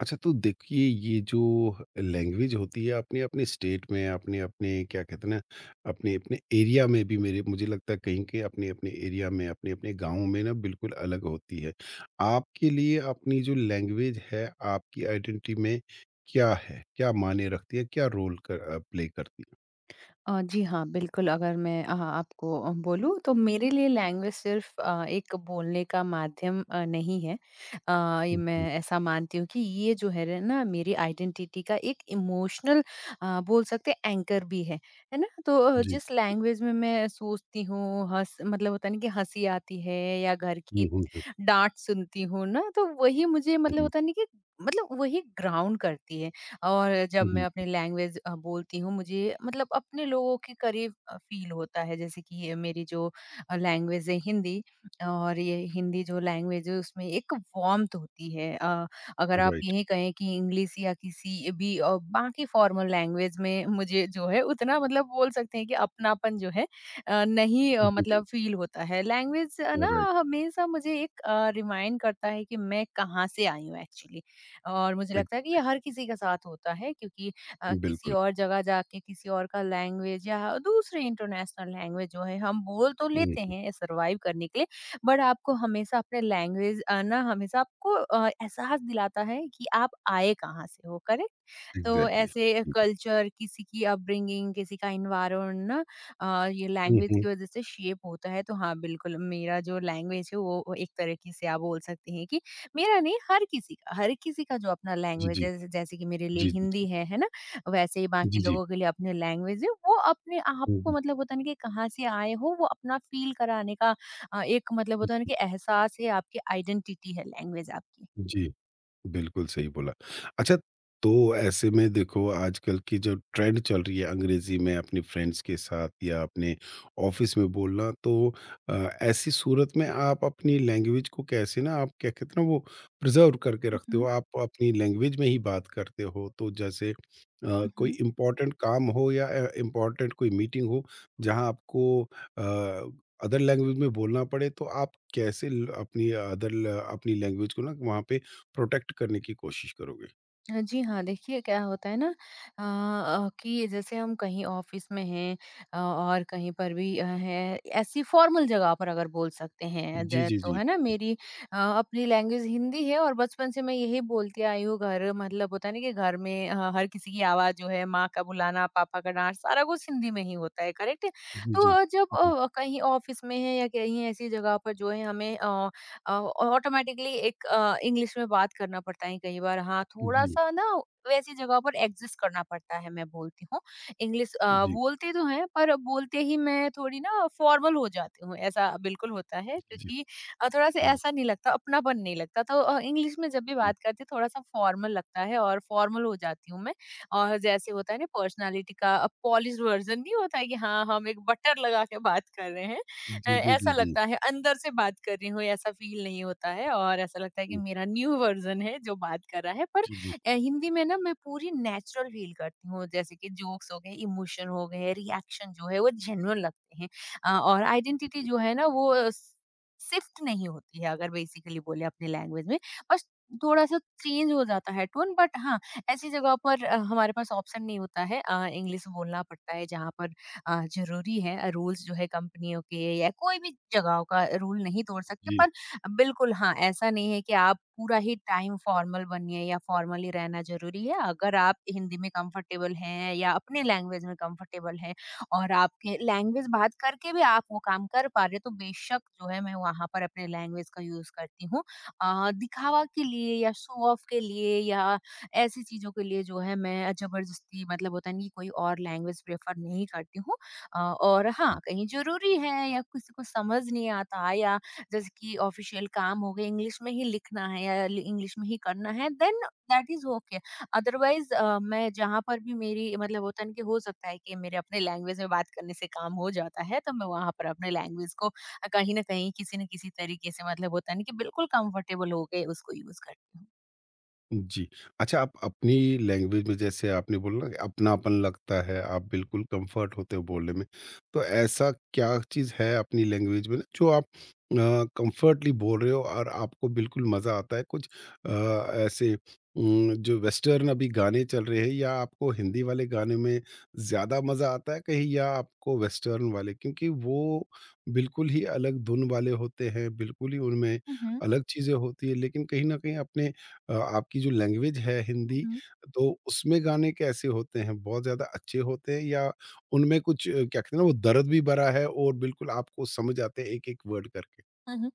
अच्छा, तो देखिए ये जो लैंग्वेज होती है अपने अपने स्टेट में, अपने अपने क्या कहते हैं ना, अपने अपने एरिया में भी, मेरे मुझे लगता है कहीं के अपने अपने एरिया में, अपने अपने गांव में ना बिल्कुल अलग होती है। आपके लिए अपनी जो लैंग्वेज है, आपकी आइडेंटिटी में क्या है, क्या मायने रखती है, क्या रोल कर प्ले करती है? जी हाँ, बिल्कुल अगर मैं आपको बोलूँ तो मेरे लिए लैंग्वेज सिर्फ एक बोलने का माध्यम नहीं है। अ, ये मैं जी ऐसा मानती हूँ कि ये जो है र ना मेरी आइडेंटिटी का एक इमोशनल बोल सकते हैं एंकर भी है। है ना? तो जी। जिस लैंग्वेज में मैं सोचती हूँ, हँस मतलब होता है ना कि हँसी आती है या घर हम्म, की हम्म, डाँट सुनती हूँ ना, तो वही मुझे मतलब हम्म, होता है ना कि मतलब वही ग्राउंड करती है। और जब मैं हम्म, अपनी लैंग्वेज बोलती हूँ मुझे मतलब अपने लोगों के करीब फील होता है, जैसे कि ये मेरी जो लैंग्वेज है हिंदी। और ये हिंदी जो लैंग्वेज है उसमें एक वार्म्थ होती है। अगर आप राइट। यही कहें कि इंग्लिश या किसी भी बाकी फॉर्मल लैंग्वेज में मुझे जो है उतना मतलब बोल सकते हैं कि अपनापन जो है नहीं जी जी। मतलब फील होता है। लैंग्वेज ना राइट। हमेशा मुझे एक रिमाइंड करता है कि मैं कहाँ से आई हूँ एक्चुअली। और मुझे एक- लगता है कि ये हर किसी के साथ होता है, क्योंकि किसी बिल्कुल। और जगह जाके किसी और का लैंग्वेज या दूसरे इंटरनेशनल लैंग्वेज जो है हम बोल तो लेते हैं सर्वाइव करने के लिए, बट आपको हमेशा अपने लैंग्वेज ना हमेशा आपको एहसास दिलाता है कि आप आए कहाँ से हो। करेक्ट? तो एग्जैक्टली, ऐसे जी जी। कल्चर, किसी की अपब्रिंगिंग, किसी का एनवायरन ना ये हम्म, लैंग्वेज हम्म, की वजह से शेप होता है। तो हाँ, बिल्कुल मेरा जो लैंग्वेज है वो एक तरीके से आप बोल सकते हैं कि मेरा नहीं, हर किसी का जो अपना जी। लैंग्वेज जी है, जैसे कि मेरे लिए जी जी। जी हिंदी है ना? वैसे ही जी बाकी जी। लोगों के लिए अपनी लैंग्वेज है, वो अपने आप हुँ, को हुँ, मतलब होता है ना कि कहाँ से आए हो वो अपना फील कराने का एक मतलब होता है ना हुँ, कि एहसास है, आपकी आइडेंटिटी है लैंग्वेज आपकी। हुँ, जी। बिल्कुल सही बोला। अच्छा, तो ऐसे में देखो आजकल की जो ट्रेंड चल रही है अंग्रेज़ी में अपने फ्रेंड्स के साथ या अपने ऑफ़िस में बोलना, तो अ, ऐसी सूरत में आप अपनी लैंग्वेज को कैसे ना, आप क्या कहते हैं ना वो प्रिज़र्व करके हुँ, रखते हो, हुँ। आप अपनी लैंग्वेज में ही बात करते हो। तो जैसे हुँ, कोई हुँ। इम्पोर्टेंट काम हो या इम्पोर्टेंट कोई मीटिंग हो जहाँ आपको अ, अदर लैंग्वेज में बोलना पड़े, तो आप कैसे ल अपनी अदर ल अपनी लैंग्वेज को ना वहाँ पे प्रोटेक्ट करने की कोशिश करोगे। जी हाँ, देखिए क्या होता है ना कि जैसे हम कहीं ऑफ़िस में हैं और कहीं पर भी हैं, ऐसी फ़ॉर्मल जगह पर अगर बोल सकते हैं जी, ज जी, तो जी। है ना मेरी अपनी लैंग्वेज हिंदी है, और बचपन से मैं यही बोलती आई हूँ। घर मतलब होता है ना कि घर में हर किसी की आवाज़ जो है, माँ का बुलाना, पापा का डाँट, सारा कुछ हिंदी में ही होता है, करेक्ट? जी, तो जी। जब जी, कहीं ऑफ़िस में हैं या कहीं ऐसी जगह पर जो है हमें ऑटोमेटिकली एक इंग्लिश में बात करना पड़ता है कई बार। हाँ, थोड़ा जी, सा ना वैसी जगह पर एग्जिस्ट करना पड़ता है, मैं बोलती हूँ। इंग्लिश जी, जी, बोलते तो हैं पर बोलते ही मैं थोड़ी ना फॉर्मल हो जाती हूँ, ऐसा बिल्कुल होता है जी, जी, क्योंकि थोड़ा सा ऐसा नहीं लगता, अपनापन नहीं लगता। तो इंग्लिश में जब भी बात करती हूँ थोड़ा सा फॉर्मल लगता है और फॉर्मल हो जाती हूँ मैं। और जैसे होता है ना पर्सनालिटी का पॉलिश वर्जन नहीं होता है कि हाँ हम एक बटर लगा के बात कर रहे हैं। जी, जी, जी, ऐसा जी, लगता है अंदर से बात कर रही हूँ ऐसा फील नहीं होता है, और ऐसा लगता है कि मेरा न्यू वर्जन है जो बात कर रहा है। पर जी, जी, जी। हिंदी में ना मैं पूरी नेचुरल फील करती हूँ, जैसे कि जोक्स हो गए, इमोशन हो गए, रिएक्शन जो है वो जेन्युइन लगते हैं। और आइडेंटिटी जो है ना वो शिफ्ट नहीं होती है अगर बेसिकली बोले अपने लैंग्वेज में। बस थोड़ा सा चेंज हो जाता है टोन। बट हाँ, ऐसी जगह पर हमारे पास ऑप्शन नहीं होता है, इंग्लिश बोलना पड़ता है जहाँ पर ज़रूरी है। रूल्स जो है कंपनियों के या कोई भी जगहों का रूल नहीं तोड़ सकते। जी। पर बिल्कुल हाँ, ऐसा नहीं है कि आप पूरा ही टाइम फॉर्मल बनिए या फॉर्मली रहना ज़रूरी है। अगर आप हिंदी में कंफर्टेबल हैं या अपने लैंग्वेज में कंफर्टेबल हैं और आपके लैंग्वेज बात करके भी आप वो काम कर पा रहे हो तो बेशक जो है मैं वहाँ पर अपने लैंग्वेज का यूज़ करती हूँ। दिखावा के लिए या शो ऑफ के लिए या ऐसी चीज़ों के लिए जो है मैं ज़बरदस्ती मतलब होता नहीं कि कोई और लैंग्वेज प्रेफ़र नहीं करती हूँ। और हाँ, कहीं ज़रूरी है या किसी को समझ नहीं आता या जैसे कि ऑफ़िशियल काम हो गया, इंग्लिश में ही लिखना है या ल इंग्लिश में ही करना है, then that is okay. Otherwise मैं जहाँ पर भी मेरी मतलब होता है ना कि हो सकता है कि मेरे अपने लैंग्वेज में बात करने से काम हो जाता है, तो मैं वहाँ पर अपने लैंग्वेज को कहीं न कहीं, किसी न किसी तरीके से मतलब होता है ना कि बिल्कुल कंफ़र्टेबल हो के उसको यूज़ करती हूँ। जी। अच्छा, आप अपनी लैंग्वेज में जैसे आपने बोला ना कि अपनापन लगता है, आप बिल्कुल कम्फ़र्ट होते हो बोलने में। तो ऐसा क्या चीज़ है अपनी लैंग्वेज में ना जो आप अ, कम्फ़र्टली बोल रहे हो और आपको बिल्कुल मज़ा आता है? कुछ अ, ऐसे जो वेस्टर्न अभी गाने चल रहे हैं, या आपको हिंदी वाले गाने में ज़्यादा मज़ा आता है कहीं, या आपको वेस्टर्न वाले? क्योंकि वो बिल्कुल ही अलग धुन वाले होते हैं, बिल्कुल ही उनमें हुँ, हुँ। अलग चीज़ें होती हैं, लेकिन कहीं न कहीं अपने आपकी जो लैंग्वेज है हुँ, हिंदी, हुँ। तो उसमें गाने कैसे होते हैं? बहुत ज़्यादा अच्छे होते हैं, या उनमें कुछ क्या कहते हैं ना, वो दर्द भी भरा है और बिल्कुल आपको समझ आते हैं एक-एक वर्ड करके? हुँ, हुँ।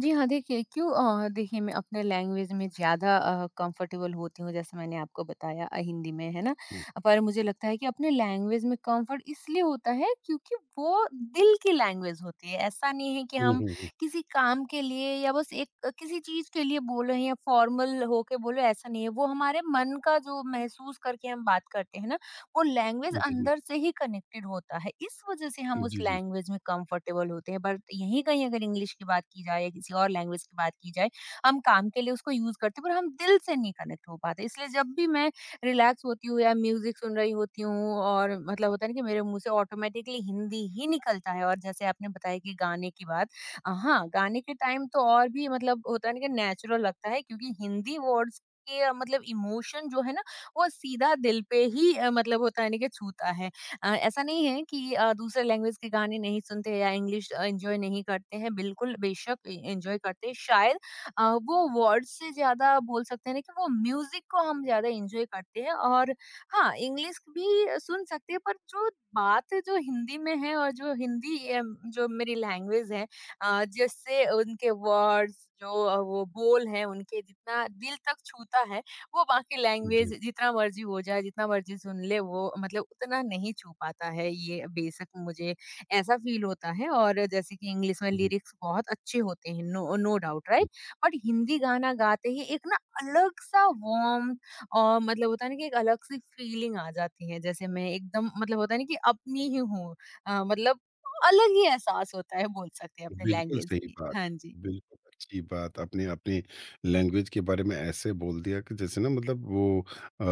जी हाँ, देखिए क्यों देखिए मैं अपने लैंग्वेज में ज़्यादा कंफर्टेबल होती हूँ, जैसे मैंने आपको बताया हिंदी में, है ना? हुँ। पर मुझे लगता है कि अपने लैंग्वेज में कंफर्ट इसलिए होता है क्योंकि वो दिल की लैंग्वेज होती है। ऐसा नहीं है कि हुँ, हम हुँ, हुँ। किसी काम के लिए या बस एक किसी चीज़ के लिए बोल रहे हैं या फॉर्मल होके बोल रहे हैं, ऐसा नहीं है। वो हमारे मन का जो महसूस करके हम बात करते हैं ना, वो लैंग्वेज जी, जी। अंदर से ही कनेक्टेड होता है। इस वजह से हम उस जी, जी। लैंग्वेज में कंफर्टेबल होते हैं। बट यहीं कहीं अगर इंग्लिश की बात की जाए या किसी और लैंग्वेज की बात की जाए, हम काम के लिए उसको यूज करते हैं पर हम दिल से नहीं कनेक्ट हो पाते। इसलिए जब भी मैं रिलैक्स होती हूँ या म्यूजिक सुन रही होती हूँ और मतलब होता है ना कि मेरे मुंह से ऑटोमेटिकली हिंदी ही निकलता है। और जैसे आपने बताया कि गाने की बात, हाँ गाने के टाइम तो और भी मतलब होता है ना कि नेचुरल लगता है, क्योंकि हिंदी वर्ड्स के मतलब इमोशन जो है ना वो सीधा दिल पे ही मतलब होता है ना कि छूता है। ऐसा नहीं है कि दूसरे लैंग्वेज के गाने नहीं सुनते या इंग्लिश एन्जॉय नहीं करते हैं, बिल्कुल बेशक ए एन्जॉय करते हैं। शायद अ, वो वर्ड्स से ज़्यादा बोल सकते हैं ना कि वो म्यूज़िक को हम ज़्यादा एन्जॉय करते हैं। और हाँ, इंग्लिश भी सुन सकते हैं पर जो बात जो हिंदी में है और जो हिंदी एम जो मेरी लैंग्वेज है जिससे उनके वर्ड्स जो वो बोल हैं उनके जितना दिल तक छूता है वो बाकी लैंग्वेज जी। जितना मर्ज़ी हो जाए, जितना मर्ज़ी सुन ले वो मतलब उतना नहीं छू पाता है, ये बेशक मुझे ऐसा फ़ील होता है। और जैसे कि इंग्लिश में हुँ, लिरिक्स बहुत अच्छे होते हैं, नो नो डाउट, हुँ। राइट? बट हिंदी गाना गाते ही एक ना अलग-सा वार्म और मतलब होता है ना कि एक अलग-सी फ़ीलिंग आ जाती है, जैसे मैं एकदम मतलब होता है ना कि अपनी ही हूँ। मतलब अलग ही एहसास होता है बोल सकते हैं अपने बिल्कुल लैंग्वेज सही की। बात। हाँ जी। बिल्कुल अच्छी बात आपने अपनी लैंग्वेज के बारे में ऐसे बोल दिया कि जैसे ना मतलब वो अ,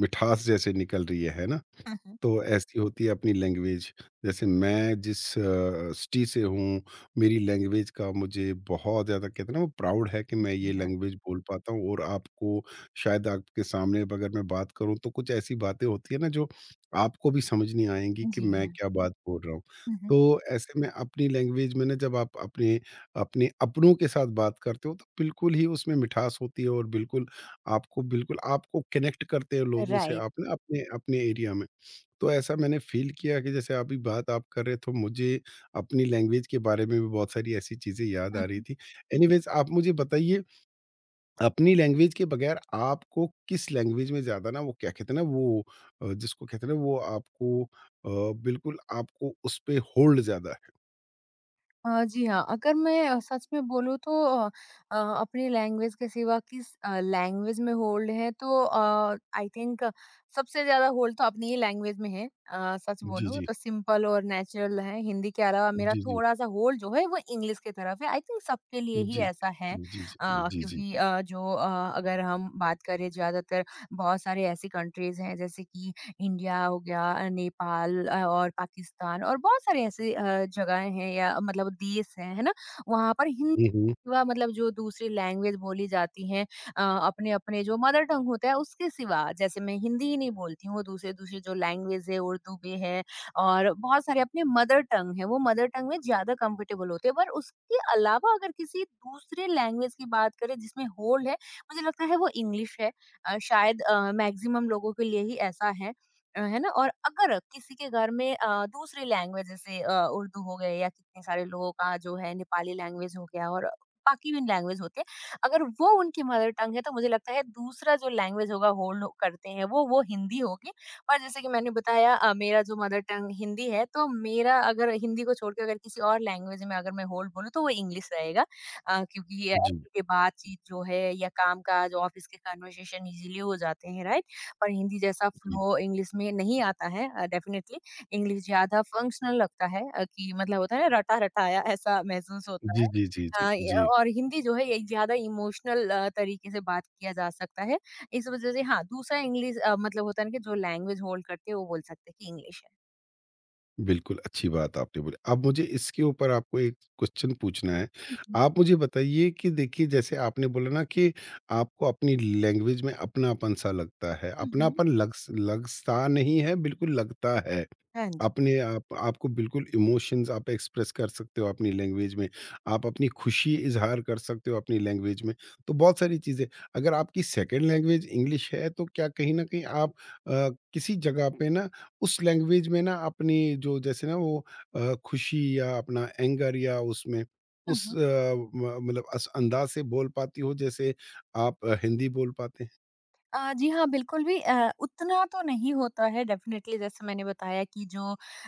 मिठास जैसे निकल रही है ना? हुँ, हुँ। तो ऐसी होती है अपनी लैंग्वेज। जैसे मैं जिस सिटी से हूँ, मेरी लैंग्वेज का मुझे बहुत ज़्यादा कहते हैं ना वो प्राउड है कि मैं जी ये हाँ। लैंग्वेज बोल पाता हूँ, और आपको शायद आपके सामने अब अगर मैं बात करूँ तो कुछ ऐसी बातें होती है ना जो आपको भी समझ नहीं आएँगी कि जी मैं हाँ। क्या बात बोल रहा हूँ। हुँ, हुँ। तो ऐसे में अपनी लैंग्वेज में ना जब आप अपने अपने अपनों के साथ बात करते हो तो बिल्कुल ही उसमें मिठास होती है, और बिल्कुल आपको कनेक्ट करते हैं लोगों से, राइट। आप ना अपने अपने एरिया में। तो ऐसा मैंने फ़ील किया कि जैसे अभी बात आप कर रहे थे, तो मुझे अपनी लैंग्वेज के बारे में भी बहुत सारी ऐसी चीज़ें याद आ रही हुँ। थी। एनीवेज़, आप मुझे बताइए, अपनी लैंग्वेज के बगैर आपको किस लैंग्वेज में ज़्यादा ना वो क्या कहते हैं ना वो जिसको कहते हैं ना, वो आपको बिल्कुल आपको उस पे होल्ड ज़्यादा है? जी हाँ, अगर मैं सच में बोलूँ तो अपनी लैंग्वेज के सिवा किस लैंग्वेज में होल्ड है तो आई थिंक सबसे ज़्यादा होल्ड तो अपनी ही लैंग्वेज में है। सच जी, बोलूँ जी। तो सिंपल और नेचुरल है, हिंदी के अलावा मेरा जी, जी। थोड़ा-सा होल्ड जो है वो इंग्लिश की तरफ है। आई थिंक सबके लिए ही जी, ऐसा है जी। जी, जी। जी, जी, क्योंकि जी। जो अगर हम बात करें ज़्यादातर बहुत सारी ऐसी कंट्रीज़ हैं जैसे कि इंडिया हो गया, नेपाल और पाकिस्तान और बहुत सारे ऐसे जगहें हैं या मतलब देश हैं, है ना? वहाँ पर हिंदी हुँ, हुँ। सिवा मतलब जो दूसरी लैंग्वेज बोली जाती हैं अपने-अपने जो मदर टंग होता है उसके सिवा, जैसे मैं हिंदी ही नहीं बोलती हूँ, दूसरे-दूसरे जो लैंग्वेज है उर्दू भी है और बहुत सारे अपने मदर टंग है, वो मदर टंग में ज़्यादा कंफर्टेबल होते हैं। पर उसके अलावा अगर किसी दूसरे लैंग्वेज की बात करें जिसमें होल्ड है, मुझे लगता है वो इंग्लिश है। शायद मैक्सिमम लोगों के लिए ही ऐसा है। है ना? और अगर किसी के घर में दूसरी लैंग्वेज जैसे उर्दू हो गए या कितने सारे लोगों का जो है नेपाली लैंग्वेज हो गया और बाकी भी लैंग्वेज होते हैं। अगर वो उनकी मदर टंग है तो मुझे लगता है दूसरा जो लैंग्वेज होगा होल्ड करते हैं वो हिंदी होगी। पर जैसे कि मैंने बताया मेरा जो मदर टंग हिंदी है तो मेरा अगर हिंदी को छोड़ के अगर किसी और लैंग्वेज में अगर मैं होल्ड बोलूँ तो वो इंग्लिश रहेगा। क्योंकि ये जी, के बातचीत जो है या काम-काज ऑफिस के कन्वर्सेशन ईज़िली हो जाते हैं, राइट? पर हिंदी जैसा जी। फ्लो इंग्लिश में नहीं आता है डेफिनिटली इंग्लिश ज़्यादा फंक्शनल लगता है कि मतलब होता है ना रटा-रटाया ऐसा महसूस होता जी, है। जी, जी, जी। अ, य जी। और हिंदी जो है ये ज़्यादा इमोशनल तरीके से बात किया जा सकता है। इस वजह से हाँ, दूसरा इंग्लिश मतलब होता है ना कि जो लैंग्वेज होल्ड करती है वो बोल सकते हैं कि इंग्लिश है। बिल्कुल, अच्छी बात आपने बोली। अब मुझे इसके ऊपर आपको एक क्वेश्चन पूछना है। हुँ, हुँ। आप मुझे बताइए कि देखिए जैसे आपने बोला ना कि आपको अपनी लैंग्वेज में अपनापन-सा लगता है। हुँ, हुँ। अपनापन लग स लग सा नहीं है, बिल्कुल लगता है। हाँ अपने आप आपको बिल्कुल इमोशंस आप एक्सप्रेस कर सकते हो अपनी लैंग्वेज में। आप अपनी खुशी इज़हार कर सकते हो अपनी लैंग्वेज में। तो बहुत सारी चीज़ें, अगर आपकी सेकंड लैंग्वेज इंग्लिश है, तो क्या कहीं न कहीं आप किसी जगह पे ना उस लैंग्वेज में ना अपनी जो जैसे ना वो खुशी या अपना एंगर, या उसमें उस जी। मतलब अस अंदाज से बोल पाती हो जैसे आप हिंदी बोल पाते हैं? जी हाँ, बिल्कुल भी उतना तो नहीं होता है डेफ़िनेटली जैसे मैंने बताया कि जो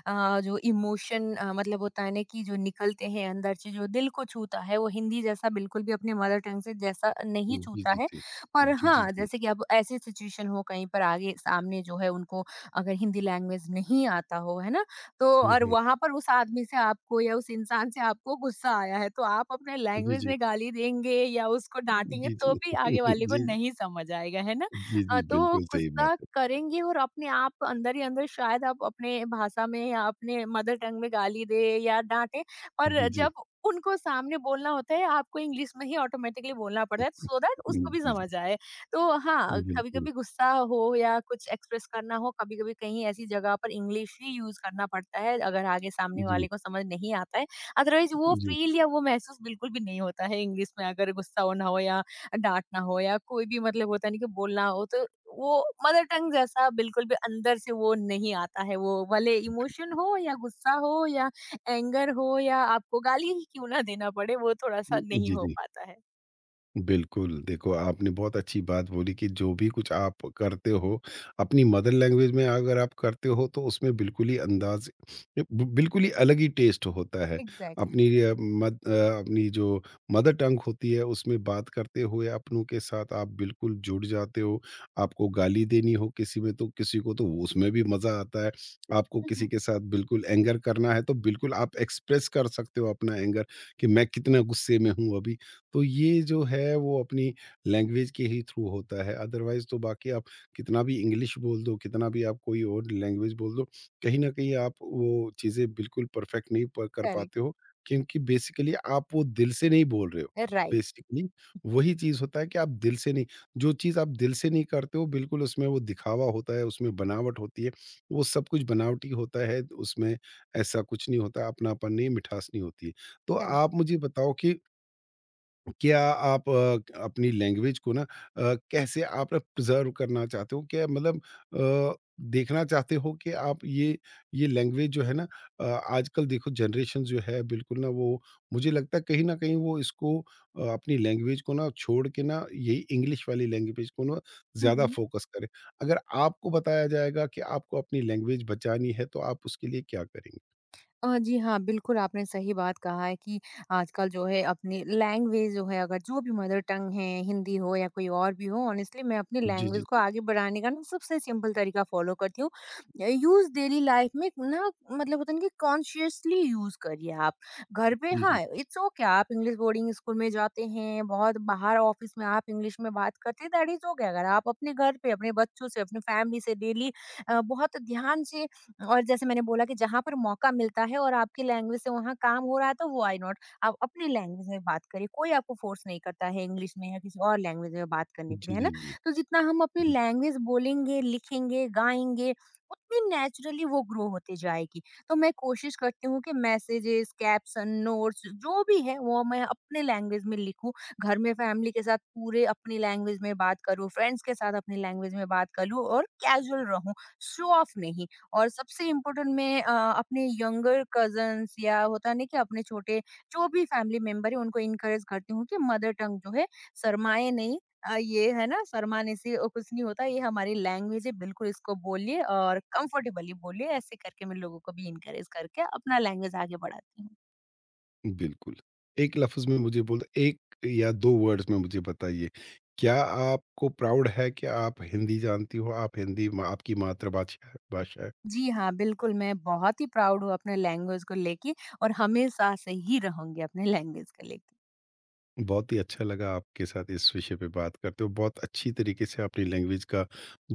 अ, जो इमोशन मतलब होता है ना कि जो निकलते हैं अंदर से जो दिल को छूता है वो हिंदी जैसा बिल्कुल भी अपने मदर टंग से जैसा नहीं जी जी छूता जी। है। पर जी जी हाँ, जी। जैसे कि अब ऐसी सिचुएशन हो कहीं पर आगे सामने जो है उनको अगर हिंदी लैंग्वेज नहीं आता हो, है ना? तो हम्म, और हम्म, वहाँ पर उस आदमी से आपको या उस इंसान से आपको गुस्सा आया है तो आप अपने जी लैंग्वेज जी। में गाली देंगे या उसको डाँटेंगे जी जी तो भी आगे वाले को जी। नहीं समझ आएगा, है ना? जी जी तो बिल्कुल सही बात गुस्सा है। करेंगे और अपने आप को अंदर ही अंदर शायद आप अपने भाषा में या अपने मदर टंग में गाली दे या डांटे। और जी जी जब उनको सामने बोलना होता है आपको इंग्लिश में ही ऑटोमेटिकली बोलना पड़ता है सो दैट जी उसको भी जी समझ आए। तो हाँ, कभी बिल्कुल। कभी गुस्सा हो या कुछ एक्सप्रेस करना हो, कभी कभी कहीं ऐसी जगह पर इंग्लिश ही यूज करना पड़ता है अगर आगे सामने जी वाले को समझ नहीं आता है। अदरवाइज वो जी फील या वो महसूस बिल्कुल भी नहीं होता है इंग्लिश में, अगर गुस्सा होना हो या डाँटना हो या कोई भी मतलब होता नहीं कि बोलना हो, तो वो मदर टंग जैसा बिल्कुल भी अंदर से वो नहीं आता है। वो भले इमोशन हो या गुस्सा हो या एंगर हो या आपको गाली ही क्यों ना देना पड़े, वो थोड़ा-सा जी नहीं हुँ। हो जी पाता है। बिल्कुल, देखो आपने बहुत अच्छी बात बोली कि जो भी कुछ आप करते हो, अपनी मदर लैंग्वेज में अगर आप करते हो तो उसमें बिल्कुल ही अंदाज़ ब बिल्कुल ही हुँ, हुँ। अलग ही टेस्ट होता है। एग्ज़ैक्टली। अपनी अपनी जो मदर टंग होती है उसमें बात करते हुए अपनों के साथ आप बिल्कुल जुड़ जाते हो। आपको गाली देनी हो किसी में तो किसी को, तो उसमें भी मज़ा आता है। आपको हुँ, किसी हुँ। के साथ बिल्कुल एंगर करना है तो बिल्कुल आप एक्सप्रेस कर सकते हो अपना एंगर, कि मैं कितना गुस्से में हूँ अभी। तो ये जो है वो अपनी लैंग्वेज के ही थ्रू होता है, अदरवाइज तो बाकी आप कितना भी इंग्लिश बोल दो, कितना भी आप कोई और लैंग्वेज बोल दो, कहीं ना कहीं आप वो चीज़ें बिल्कुल परफेक्ट नहीं कर करेक्ट, पाते हो, क्योंकि बेसिकली आप वो दिल से नहीं बोल रहे हो। राइट, बेसिकली वही चीज़ होता है कि आप दिल से नहीं, जो चीज़ आप दिल से नहीं करते हो बिल्कुल उसमें वो दिखावा होता है, उसमें बनावट होती है, वो सब कुछ बनावटी होता है उसमें, ऐसा कुछ नहीं होता, अपनापन नहीं, मिठास नहीं होती है। तो करेक्ट। आप मुझे बताओ कि क्या आप अपनी लैंग्वेज को ना कैसे आप ना प्रिजर्व करना चाहते हो? क्या मतलब अ, देखना चाहते हो कि आप ये लैंग्वेज जो है ना, आजकल देखो जनरेशन जो है बिल्कुल ना वो मुझे लगता है कहीं न कहीं वो इसको अपनी लैंग्वेज को ना छोड़ के ना यही इंग्लिश वाली लैंग्वेज को ना हुँ, ज़्यादा हुँ। फ़ोकस करें। अगर आपको बताया जाएगा कि आपको अपनी लैंग्वेज बचानी है तो आप उसके लिए क्या करेंगे? जी हाँ, बिल्कुल आपने सही बात कहा है कि आजकल जो है अपनी लैंग्वेज जो है, अगर जो भी मदर टंग है, हिंदी हो या कोई और भी हो, ऑनेस्टली मैं अपनी जी, जी, लैंग्वेज को जी। आगे बढ़ाने का ना सबसे सिंपल तरीका फ़ॉलो करती हूँ। यूज़ डेली लाइफ़ में ना मतलब होता है ना कि कॉन्शियसली यूज़ करिए आप। घर पे जी, हाँ, जी। इट्स ओके आप इंग्लिश बोर्डिंग स्कूल में जाते हैं, बहुत बाहर ऑफ़िस में आप इंग्लिश में बात करते हैं दैट इज़ ओके। अगर आप अपने घर पे, अपने बच्चों से, अपनी फैमिली से डेली बहुत ध्यान से। और जैसे मैंने बोला कि जहाँ पर मौका मिलता है और आपकी लैंग्वेज से वहाँ काम हो रहा है तो व्हाई नॉट आप अपनी लैंग्वेज में बात करिए। कोई आपको फोर्स नहीं करता है इंग्लिश में या किसी और लैंग्वेज में बात करने के जी, लिए, है जी, ना? जी। तो जितना हम अपनी लैंग्वेज बोलेंगे, लिखेंगे, गाएंगे, उतनी नेचुरली वो ग्रो होती जाएगी। तो मैं कोशिश करती हूँ कि मैसेजेस, कैप्सन, नोट्स जो भी है वो मैं अपने लैंग्वेज में लिखूं, घर में फैमिली के साथ पूरे अपनी लैंग्वेज में बात करूँ, फ्रेंड्स के साथ अपनी लैंग्वेज में बात करूँ और कैजुअल रहूं, शो ऑफ नहीं। और सबसे इम्पोर्टेंट, मैं अपने यंगर कज़न्स या होता नहीं कि अपने छोटे जो भी फैमिली मेंबर है उनको इनकरेज करती हूँ कि मदर टंग जो है, शरमाएँ नहीं। ये है ना, शरमाने से कुछ नहीं होता, ये हमारी लैंग्वेज है, बिल्कुल इसको बोलिए और कंफर्टेबली बोलिए। ऐसे करके मैं लोगों को भी इनकरेज करके अपना लैंग्वेज आगे बढ़ाती हूँ। बिल्कुल। एक लफ़्ज़ में मुझे बोल, 1 या 2 वर्ड्स में मुझे बताइए, क्या आपको प्राउड है कि आप हिंदी जानती हो? आप हिंदी म आपकी मातृभाषा है, भाषा है। जी हाँ, बिल्कुल मैं बहुत ही प्राउड हूँ अपने लैंग्वेज को लेके, और हमेशा से ही रहूँगी अपने लैंग्वेज को लेके। बहुत ही अच्छा लगा आपके साथ इस विषय पे बात करते हुए। बहुत अच्छी तरीके से अपनी लैंग्वेज का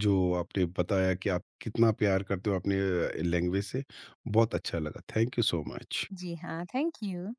जो आपने बताया कि आप कितना प्यार करते हो अपने लैंग्वेज से, बहुत अच्छा लगा। Thank you so much. जी हाँ, थैंक यू।